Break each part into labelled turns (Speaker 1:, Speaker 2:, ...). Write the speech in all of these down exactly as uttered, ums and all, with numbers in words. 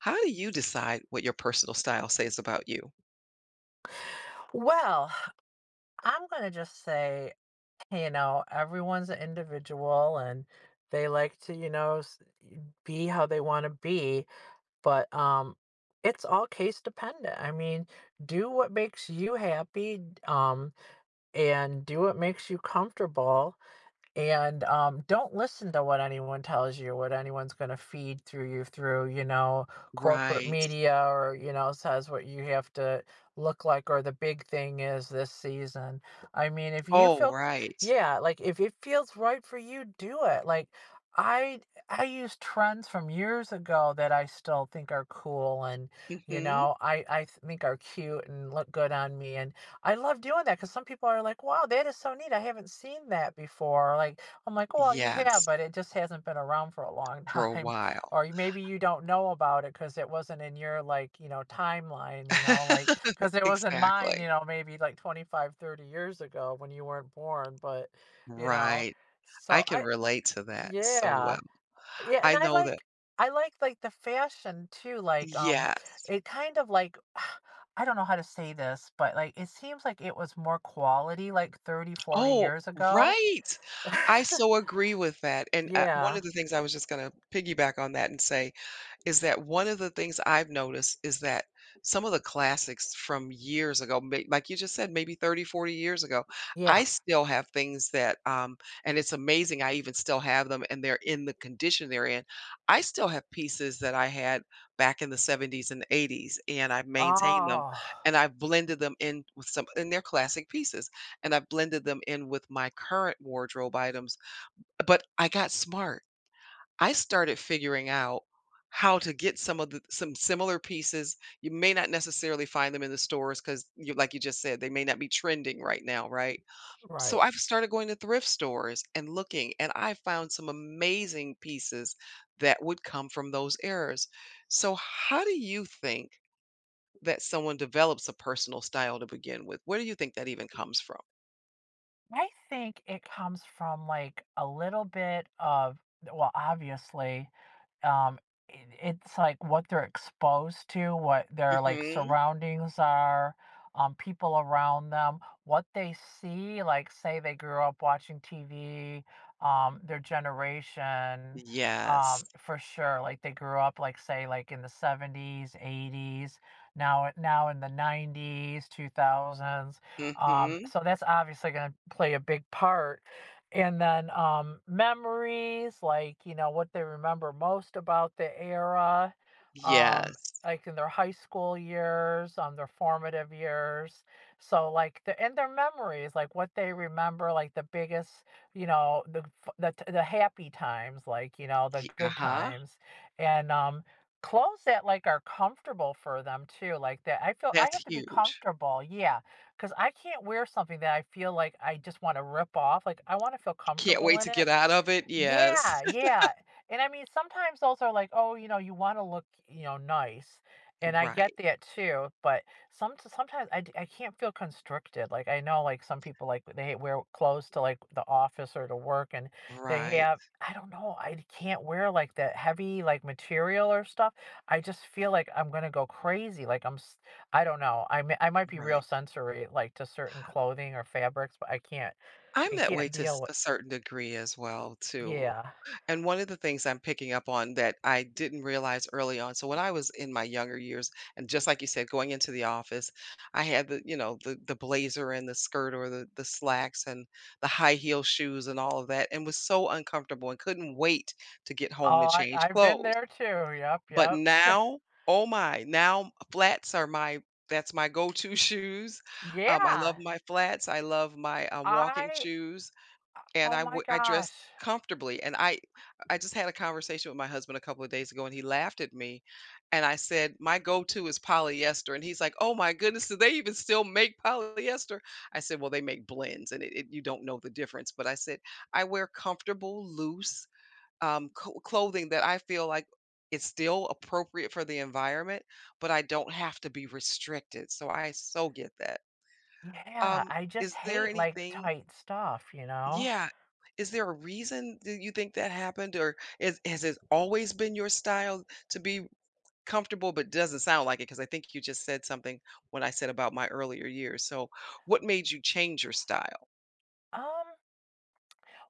Speaker 1: How do you decide what your personal style says about you?
Speaker 2: Well, I'm going to just say, hey, you know, everyone's an individual and they like to, you know, s- be how they want to be, but um it's all case dependent. I mean, do what makes you happy um and do what makes you comfortable and um, don't listen to what anyone tells you what anyone's going to feed through you through you know corporate
Speaker 1: Right.
Speaker 2: media or you know says what you have to look like. Or the big thing is this season, I mean, if you
Speaker 1: Oh,
Speaker 2: feel,
Speaker 1: right.
Speaker 2: yeah, like if it feels right for you, do it. Like, i i use trends from years ago that I still think are cool, and you
Speaker 1: Mhm.
Speaker 2: know i i think are cute and look good on me. And I love doing that because some people are like, wow, that is so neat. I haven't seen that before. Like, I'm like, well, you have,
Speaker 1: Yes,
Speaker 2: but it just hasn't been around for a long
Speaker 1: for a
Speaker 2: time.
Speaker 1: while.
Speaker 2: Or you- maybe you don't know about it because it wasn't in your, like, you know, timeline, you know, like, because it was in mine,
Speaker 1: Exactly.
Speaker 2: you know, maybe like twenty five, thirty years ago when you weren't born. But, you know,
Speaker 1: Right. I
Speaker 2: so
Speaker 1: can
Speaker 2: I,
Speaker 1: relate to that so
Speaker 2: yeah.
Speaker 1: well.
Speaker 2: Yeah, and
Speaker 1: I
Speaker 2: I
Speaker 1: know that.
Speaker 2: like I like, like, the fashion too, like, um,
Speaker 1: Yes.
Speaker 2: it kind of like I don't know how to say this, but, like, it seems like it was more quality, like, thirty, forty
Speaker 1: Oh,
Speaker 2: years ago.
Speaker 1: right. I so agree with that, and, uh, one
Speaker 2: Yeah,
Speaker 1: of the things I was just gonna piggyback on that and say is that one of the things I've noticed is that some of the classics from years ago, may like you just said, maybe thirty, forty years ago,
Speaker 2: yeah.
Speaker 1: I still have things that, um, and it's amazing I even still have them and they're in the condition they're in. I still have pieces that I had back in the seventies and eighties, and I've maintained them,
Speaker 2: Oh,
Speaker 1: and I've blended them in with some, and they're classic pieces, and I've blended them in with my current wardrobe items. But I got smart. I started figuring out how to get some of the some similar pieces. You may not necessarily find them in the stores because, you like you just said, they may not be trending right now, right?
Speaker 2: right.
Speaker 1: So I've started going to thrift stores and looking, and I found some amazing pieces that would come from those errors. So how do you think that someone develops a personal style to begin with? Where do you think that even comes from?
Speaker 2: I think it comes from, like, a little bit of, well, obviously, um, it, it's like what they're exposed to, what their like
Speaker 1: Mm-hmm.
Speaker 2: surroundings are, um, people around them, what they see. Like, say they grew up watching T V, um, their generation,
Speaker 1: Yes.
Speaker 2: um, for sure. Like they grew up, like say, like in the seventies, eighties. Now, now in the nineties, two thousands. Um,
Speaker 1: Mm-hmm.
Speaker 2: so that's obviously going to play a big part. And then um, memories, like, you know, what they remember most about the era, um,
Speaker 1: Yes.
Speaker 2: like in their high school years, um, their formative years. So, like, the and their memories, like what they remember, like the biggest, you know, the f- the t- the happy times, like, you know, the
Speaker 1: Uh
Speaker 2: good
Speaker 1: huh.
Speaker 2: times, and um, clothes that like are comfortable for them too. Like that, I feel I
Speaker 1: That's
Speaker 2: have to be
Speaker 1: huge.
Speaker 2: comfortable. Yeah, because I can't wear something that I feel like I just want to rip off. Like, I want to feel
Speaker 1: Can't
Speaker 2: comfortable
Speaker 1: wait
Speaker 2: in
Speaker 1: to
Speaker 2: it,
Speaker 1: get out of it, yes.
Speaker 2: yeah, yeah. And I mean, sometimes those are like, oh, you know, you want to look, you know, nice. And I get
Speaker 1: Right,
Speaker 2: that too, but some sometimes I, d- I can't feel constricted. Like, I know, like, some people, like, they wear clothes to, like, the office or to work, and they
Speaker 1: right,
Speaker 2: have, I don't know, I can't wear like that heavy like material or stuff. I just feel like I'm gonna go crazy. Like, I'm s- I don't know. I mi- I might be real
Speaker 1: right.
Speaker 2: sensory like to certain clothing or fabrics, but I can't
Speaker 1: I'm
Speaker 2: I
Speaker 1: that way
Speaker 2: can't
Speaker 1: to
Speaker 2: deal
Speaker 1: s
Speaker 2: with,
Speaker 1: a certain degree as well too,
Speaker 2: yeah.
Speaker 1: and one of the things I'm picking up on that I didn't realize early on, so when I was in my younger years, and just like you said, going into the office, I had the, you know, the the blazer and the skirt, or the the slacks and the high heel shoes, and all of that, and was so uncomfortable and couldn't wait to get home
Speaker 2: Oh,
Speaker 1: to
Speaker 2: I
Speaker 1: change
Speaker 2: I've been
Speaker 1: clothes.
Speaker 2: there too. Yep,
Speaker 1: But
Speaker 2: yep.
Speaker 1: now, oh my, now flats are my, that's my go-to shoes. Um, I love
Speaker 2: Yeah.
Speaker 1: my flats. I love my um, walking
Speaker 2: I
Speaker 1: shoes, and
Speaker 2: Oh
Speaker 1: I
Speaker 2: my
Speaker 1: w- I dress
Speaker 2: gosh.
Speaker 1: comfortably. And I I just had a conversation with my husband a couple of days ago, and he laughed at me, and I said my go-to is polyester, and he's like, "Oh my goodness, do they even still make polyester?" I said, "Well, they make blends, and it, it, you don't know the difference." But I said I wear comfortable, loose, um, co clothing that I feel like it's still appropriate for the environment, but I don't have to be restricted. So I so get that.
Speaker 2: Yeah,
Speaker 1: Um,
Speaker 2: I just
Speaker 1: is there
Speaker 2: hate, like,
Speaker 1: anything?
Speaker 2: tight stuff, you know?
Speaker 1: Yeah. Is there a reason that you think that happened, or is has it always been your style to be comfortable? But doesn't sound like it, because I think you just said something when I said about my earlier years. So, what made you change your style?
Speaker 2: Um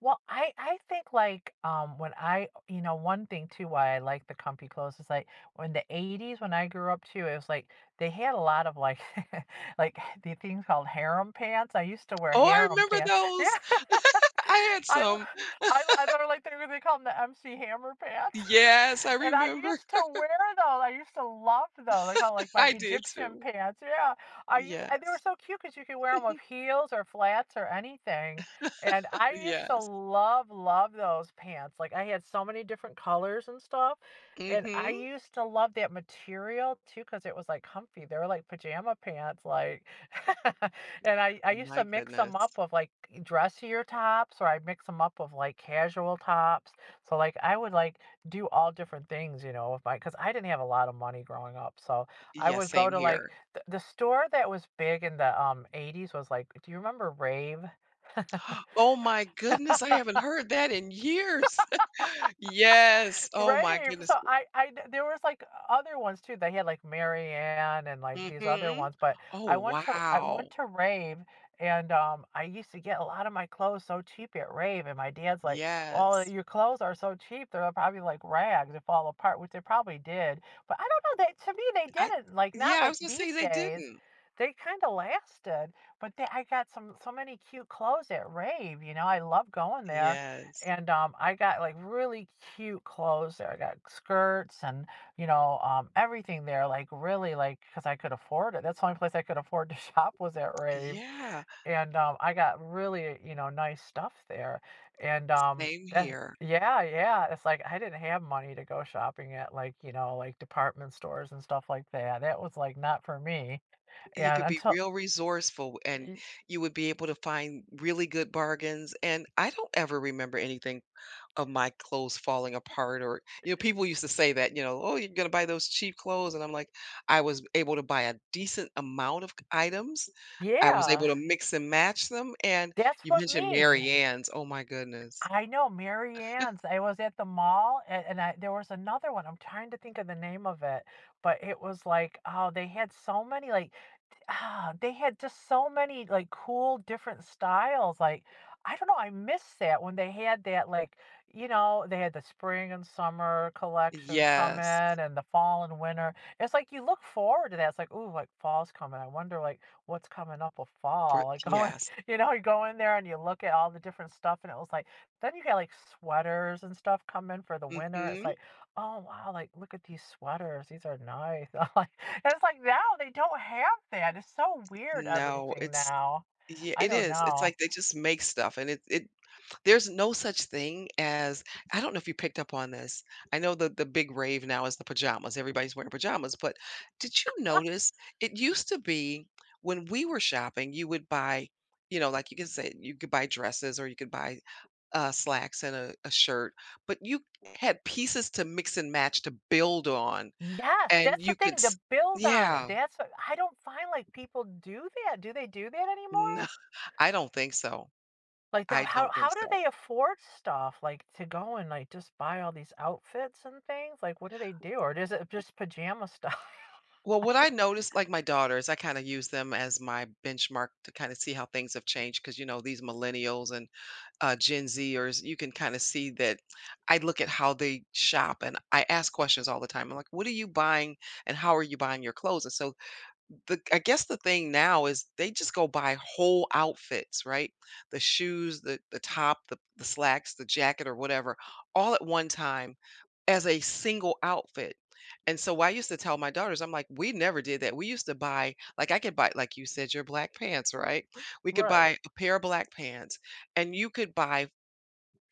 Speaker 2: Well, I I think like um when I you know one thing too why I like the comfy clothes is like in the eighties when I grew up too, it was like they had a lot of like like the things called harem pants. I used to wear
Speaker 1: Oh, I
Speaker 2: harem
Speaker 1: remember
Speaker 2: pants. Yeah.
Speaker 1: those. I had
Speaker 2: I
Speaker 1: some.
Speaker 2: I I they're like they they call them the M C Hammer pants.
Speaker 1: Yes, I
Speaker 2: And I
Speaker 1: remember.
Speaker 2: used to wear those. I used to love those. I call, like, my
Speaker 1: I did
Speaker 2: Egyptian
Speaker 1: too.
Speaker 2: pants. Yeah, I, you, they were
Speaker 1: Yes,
Speaker 2: so cute because you could wear them with heels or flats or anything. And I used to
Speaker 1: yes.
Speaker 2: love, love those pants. Like, I had so many different colors and stuff. And I
Speaker 1: Mhm.
Speaker 2: used to love that material too, because it was like comfy. They were like pajama pants, like and I, I used
Speaker 1: My
Speaker 2: to mix them up
Speaker 1: goodness.
Speaker 2: with like dressier tops or I mix them up with like casual tops. So like I would like do all different things, you know, with my because I didn't have a lot of money growing up. So I
Speaker 1: Yeah,
Speaker 2: would go
Speaker 1: same
Speaker 2: to like
Speaker 1: here.
Speaker 2: the, the store that was big in the um eighties, was like, do you remember Rave?
Speaker 1: Oh my goodness, I haven't heard that in years. Yes. Oh my
Speaker 2: Right. So
Speaker 1: goodness.
Speaker 2: I, I, there was like other ones too that he had, like, Marianne and like these other
Speaker 1: Mhm.
Speaker 2: ones, but I
Speaker 1: Oh,
Speaker 2: went to, I went
Speaker 1: wow.
Speaker 2: to Rave, and, um, I used to get a lot of my clothes so cheap at Rave, and my dad's like, well,
Speaker 1: Yes.
Speaker 2: your clothes are so cheap. They're probably like rags that fall apart, which they probably did. But I don't know, that to me, they
Speaker 1: I
Speaker 2: didn't, like, not
Speaker 1: yeah, I
Speaker 2: like
Speaker 1: was gonna say
Speaker 2: these
Speaker 1: they
Speaker 2: days.
Speaker 1: didn't.
Speaker 2: They kind of lasted, but they, I got some, so many cute clothes at Rave, you know, I love going there,
Speaker 1: Yes.
Speaker 2: and um, I got like really cute clothes there. I got skirts and you know um, everything there, like really like because I could afford it. That's the only place I could afford to shop, was at Rave,
Speaker 1: Yeah,
Speaker 2: and um, I got really, you know nice stuff there. And um,
Speaker 1: same
Speaker 2: that,
Speaker 1: here.
Speaker 2: yeah, yeah, it's like I didn't have money to go shopping at like you know like department stores and stuff like that. That was like not for me.
Speaker 1: You
Speaker 2: And
Speaker 1: could be
Speaker 2: until
Speaker 1: real resourceful, and
Speaker 2: y-
Speaker 1: you would be able to find really good bargains. And I don't ever remember anything of my clothes falling apart. Or, you know, people used to say that, you know, "Oh, you're going to buy those cheap clothes." And I'm like, I was able to buy a decent amount of items. I was
Speaker 2: yeah,
Speaker 1: able to mix and match them. And
Speaker 2: that's
Speaker 1: you
Speaker 2: what
Speaker 1: mentioned
Speaker 2: me.
Speaker 1: Mary Ann's. Oh my goodness.
Speaker 2: I know Mary Ann's. I was at the mall, and, and I, there was another one. I'm trying to think of the name of it, but it was like, oh, they had so many. Like, ah, they had just so many, like, cool different styles, like, I don't know, I miss that when they had that, like, you know, they had the spring and summer collections come
Speaker 1: Yes.
Speaker 2: in, and the fall and winter. It's like you look forward to that, it's like, "Ooh, like, fall's coming, I wonder, like, what's coming up with
Speaker 1: For
Speaker 2: fall?" Like, going
Speaker 1: yes.
Speaker 2: you know, you go in there and you look at all the different stuff, and it was like then you got, like, sweaters and stuff come in for the winter, it's
Speaker 1: Hmm.
Speaker 2: like, "Oh wow, like, look at these sweaters. These are nice." I'm like, and it's like now they don't have that. It's so weird,
Speaker 1: No,
Speaker 2: everything
Speaker 1: it's,
Speaker 2: now.
Speaker 1: yeah,
Speaker 2: I
Speaker 1: it
Speaker 2: don't
Speaker 1: is. It's
Speaker 2: know.
Speaker 1: like they just make stuff and it it There's no such thing as, I don't know if you picked up on this. I know that the big rave now is the pajamas. Everybody's wearing pajamas, but did you notice it used to be when we were shopping, you would buy, you know, like you can say you could buy dresses or you could buy, uh, slacks and a, a shirt, but you had pieces to mix and match to build on,
Speaker 2: Yes,
Speaker 1: and
Speaker 2: that's the
Speaker 1: you could,
Speaker 2: thing. To
Speaker 1: s-
Speaker 2: build on it.
Speaker 1: yeah,
Speaker 2: That's what I don't find, like, people do that. Do they do that anymore?
Speaker 1: no, I don't think so.
Speaker 2: Like, the,
Speaker 1: I
Speaker 2: how
Speaker 1: don't
Speaker 2: how
Speaker 1: think
Speaker 2: do
Speaker 1: so.
Speaker 2: they afford stuff like to go and like just buy all these outfits and things? Like, what do they do? Or is it just pajama stuff?
Speaker 1: Well, what I noticed, like my daughters, I kind of use them as my benchmark to kind of see how things have changed. Because, you know, these millennials and, uh, Gen Zers, you can kind of see that. I look at how they shop, and I ask questions all the time. I'm like, what are you buying and how are you buying your clothes? And so the I guess the thing now is they just go buy whole outfits, right? The shoes, the the top, the the slacks, the jacket or whatever, all at one time as a single outfit. And so I used to tell my daughters, I'm like, we never did that. We used to buy, like I could buy, like you said, your black pants, right? We could
Speaker 2: Right.
Speaker 1: buy a pair of black pants, and you could buy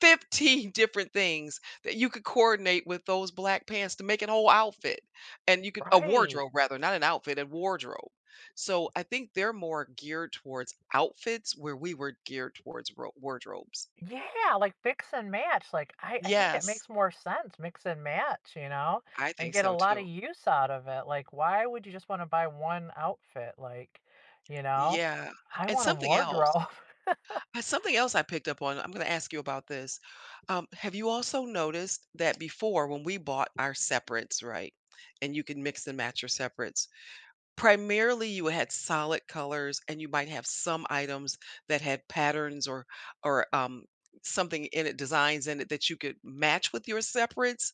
Speaker 1: fifteen different things that you could coordinate with those black pants to make an whole outfit. And you could a
Speaker 2: Right.
Speaker 1: wardrobe, rather, not an outfit, a wardrobe. So I think they're more geared towards outfits, where we were geared towards ro- wardrobes.
Speaker 2: Yeah, like, mix and match. Like, I, I think that
Speaker 1: Yes,
Speaker 2: makes more sense. Mix and match, you know,
Speaker 1: I
Speaker 2: and
Speaker 1: think
Speaker 2: get a
Speaker 1: so
Speaker 2: lot of
Speaker 1: too.
Speaker 2: use out of it. Like, why would you just want to buy one outfit? Like, you know,
Speaker 1: Yeah,
Speaker 2: I
Speaker 1: and
Speaker 2: want a
Speaker 1: something else,
Speaker 2: wardrobe.
Speaker 1: uh, something else I picked up on, I'm going to ask you about this. Um, have you also noticed that before, when we bought our separates, right, and you can mix and match your separates, primarily, you had solid colors, and you might have some items that had patterns or or, um, something in it, designs in it, that you could match with your separates,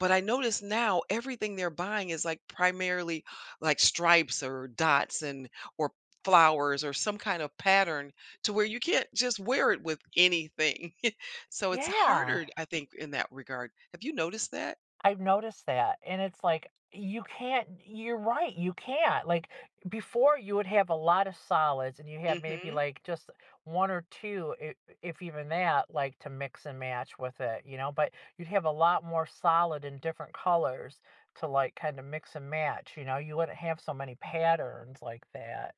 Speaker 1: but I notice now everything they're buying is, like, primarily, like, stripes or dots and, or flowers or some kind of pattern to where you can't just wear it with anything. So it's
Speaker 2: Yeah.
Speaker 1: harder, I think, in that regard. Have you noticed that?
Speaker 2: I've noticed that, and it's like, you can't you're right, you can't, like, before you would have a lot of solids, and you have maybe,
Speaker 1: Mhm.
Speaker 2: like, just one or two, I if even that, like, to mix and match with it, you know, but you'd have a lot more solid in different colors to, like, kinda mix and match, you know, you wouldn't have so many patterns like that.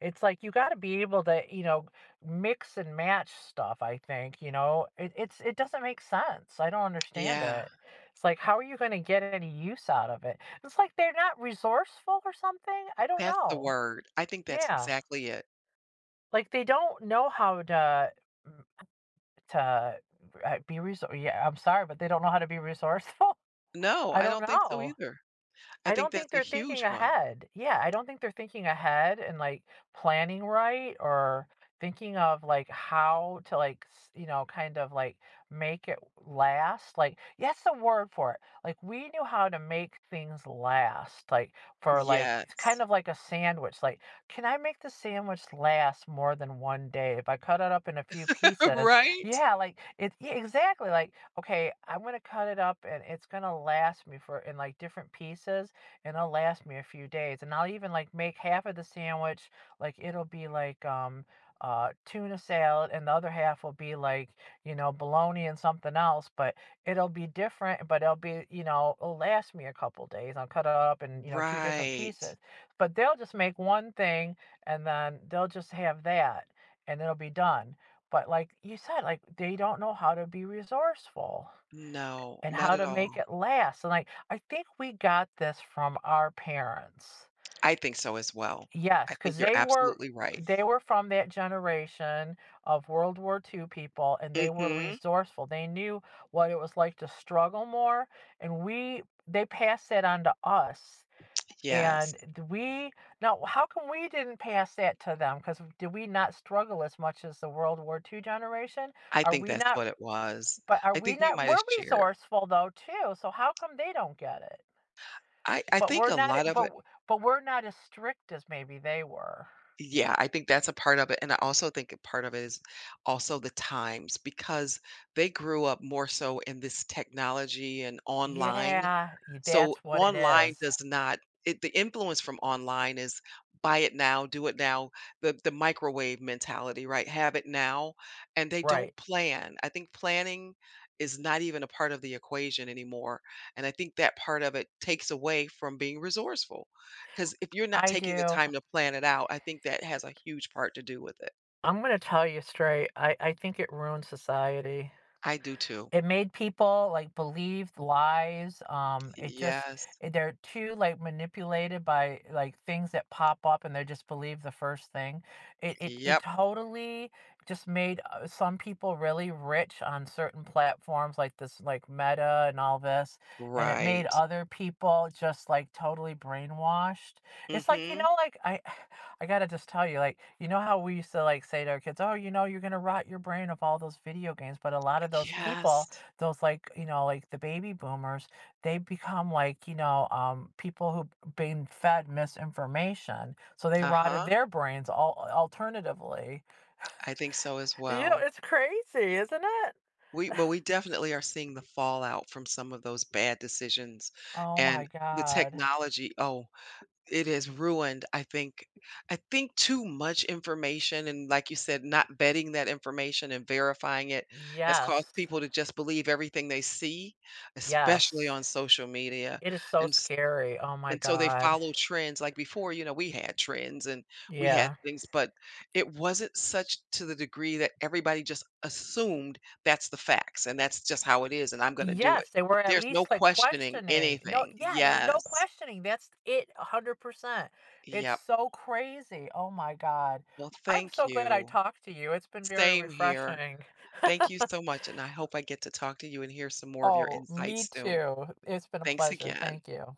Speaker 2: It's like, you gotta be able to, you know, mix and match stuff, I think, you know? It it's it doesn't make sense, I don't understand
Speaker 1: Yeah.
Speaker 2: it. It's like, how are you going to get any use out of it? It's like they're not resourceful or something. I don't
Speaker 1: That's the
Speaker 2: know.
Speaker 1: word. I think that's
Speaker 2: Yeah,
Speaker 1: exactly it.
Speaker 2: like they don't know how to mm, to uh, be resource. Yeah, I'm sorry, but they don't know how to be resourceful.
Speaker 1: No,
Speaker 2: I
Speaker 1: I
Speaker 2: don't
Speaker 1: don't think so
Speaker 2: know.
Speaker 1: either. I
Speaker 2: I
Speaker 1: think
Speaker 2: don't think
Speaker 1: that's a
Speaker 2: they're thinking
Speaker 1: huge one.
Speaker 2: ahead. Yeah, I don't think they're thinking ahead and like planning right, or thinking of like how to like s- you know kind of like make it last, like, yes, the word for it, like, we knew how to make things last, like, for, like, it's kind
Speaker 1: Yes.
Speaker 2: of like a sandwich, like, can I make the sandwich last more than one day if I cut it up in a few pieces,
Speaker 1: Right?
Speaker 2: yeah, like it, yeah, exactly, like okay, I'm gonna cut it up and it's gonna last me for in like different pieces, and it'll last me a few days. And I'll even like make half of the sandwich, like it'll be like um uh tuna salad, and the other half will be like, you know, bologna and something else, but it'll be different, but it'll be, you know, it'll last me a couple days. I'll cut it up in, you know, two different
Speaker 1: Right.
Speaker 2: pieces. But they'll just make one thing, and then they'll just have that, and it'll be done. But like you said, like they don't know how to be resourceful
Speaker 1: No,
Speaker 2: and
Speaker 1: not
Speaker 2: how
Speaker 1: at
Speaker 2: to make
Speaker 1: all.
Speaker 2: it last. And I, I think we got this from our parents.
Speaker 1: I think so as well.
Speaker 2: Yes,
Speaker 1: I
Speaker 2: because
Speaker 1: think you're
Speaker 2: they were
Speaker 1: absolutely right.
Speaker 2: they were from that generation of World War Two people, and they were
Speaker 1: Mhm.
Speaker 2: resourceful. They knew what it was like to struggle more. And we they passed that on to us.
Speaker 1: Yes.
Speaker 2: And d- we now how come we didn't pass that to them? Because did we not struggle as much as the World War Two generation?
Speaker 1: I
Speaker 2: Are
Speaker 1: think
Speaker 2: we
Speaker 1: that's
Speaker 2: not,
Speaker 1: what it was.
Speaker 2: but are
Speaker 1: I
Speaker 2: we
Speaker 1: think we
Speaker 2: not,
Speaker 1: might have
Speaker 2: we're
Speaker 1: shared.
Speaker 2: resourceful though too, so how come they don't get it?
Speaker 1: I I
Speaker 2: But
Speaker 1: think
Speaker 2: we're
Speaker 1: a
Speaker 2: not
Speaker 1: lot of
Speaker 2: but
Speaker 1: it,
Speaker 2: w but we're not as strict as maybe they were.
Speaker 1: yeah, I think that's a part of it, and I also think a part of it is also the times, because they grew up more so in this technology and online.
Speaker 2: Yeah, y
Speaker 1: So
Speaker 2: that's what it
Speaker 1: online
Speaker 2: is.
Speaker 1: does not, it the influence from online is buy it now, do it now, the the microwave mentality, right? Have it now. And they
Speaker 2: Right.
Speaker 1: don't plan. I think planning is not even a part of the equation anymore. And I think that part of it takes away from being resourceful. Because if you're not
Speaker 2: I
Speaker 1: taking the
Speaker 2: do.
Speaker 1: time to plan it out, I think that has a huge part to do with it.
Speaker 2: I'm gonna tell you straight, I I think it ruined society.
Speaker 1: I do too.
Speaker 2: It made people, like, believe lies, um, it just
Speaker 1: Yes.
Speaker 2: it- they're too, like, manipulated by, like, things that pop up, and they just believe the first thing. It it it
Speaker 1: Yep.
Speaker 2: totally just made, uh, some people really rich on certain platforms like this, like, Meta and all this, and it made
Speaker 1: Right.
Speaker 2: other people just, like, totally brainwashed. It's like, you
Speaker 1: Mm-hmm.
Speaker 2: know, like, I I gotta just tell you, like, you know how we used to like say to our kids, "Oh, you know, you're gonna rot your brain of all those video games." But a lot of those people,
Speaker 1: Yes.
Speaker 2: those like, you know, like the baby boomers, they become like, you know, um, people who've been fed misinformation, so they rotted
Speaker 1: Uh-huh.
Speaker 2: their brains. All alternatively,
Speaker 1: I think so as
Speaker 2: you know,
Speaker 1: well.
Speaker 2: it's crazy, isn't it?
Speaker 1: We, well, we definitely are seeing the fallout from some of those bad decisions,
Speaker 2: Oh my
Speaker 1: and the
Speaker 2: god.
Speaker 1: technology, oh, it has ruined, I think, I think too much information, and like you said, not vetting that information and verifying it has caused
Speaker 2: Yes.
Speaker 1: people to just believe everything they see, especially
Speaker 2: Yes.
Speaker 1: on social media,
Speaker 2: It is so
Speaker 1: and
Speaker 2: scary. Oh my
Speaker 1: and so they
Speaker 2: god.
Speaker 1: follow trends, like before, you know, we had trends and we had
Speaker 2: Yeah.
Speaker 1: things, but it wasn't such to the degree that everybody just assumed that's the facts and that's just how it is and I'm gonna do it.
Speaker 2: Yes, they were at
Speaker 1: There's no
Speaker 2: least, like,
Speaker 1: questioning
Speaker 2: questioning. No,
Speaker 1: anything.
Speaker 2: yeah, there's no
Speaker 1: Yes.
Speaker 2: questioning, that's it, one hundred percent. It's
Speaker 1: Yep.
Speaker 2: so crazy, oh my god.
Speaker 1: Well,
Speaker 2: I'm
Speaker 1: thank
Speaker 2: so glad I
Speaker 1: you.
Speaker 2: talked to you, it's been very
Speaker 1: Same here.
Speaker 2: refreshing.
Speaker 1: Thank you so much, and I hope I get to talk to you and hear some more of your
Speaker 2: Oh, me
Speaker 1: insights soon.
Speaker 2: too. It's been a
Speaker 1: Thanks
Speaker 2: pleasure,
Speaker 1: again.
Speaker 2: thank you.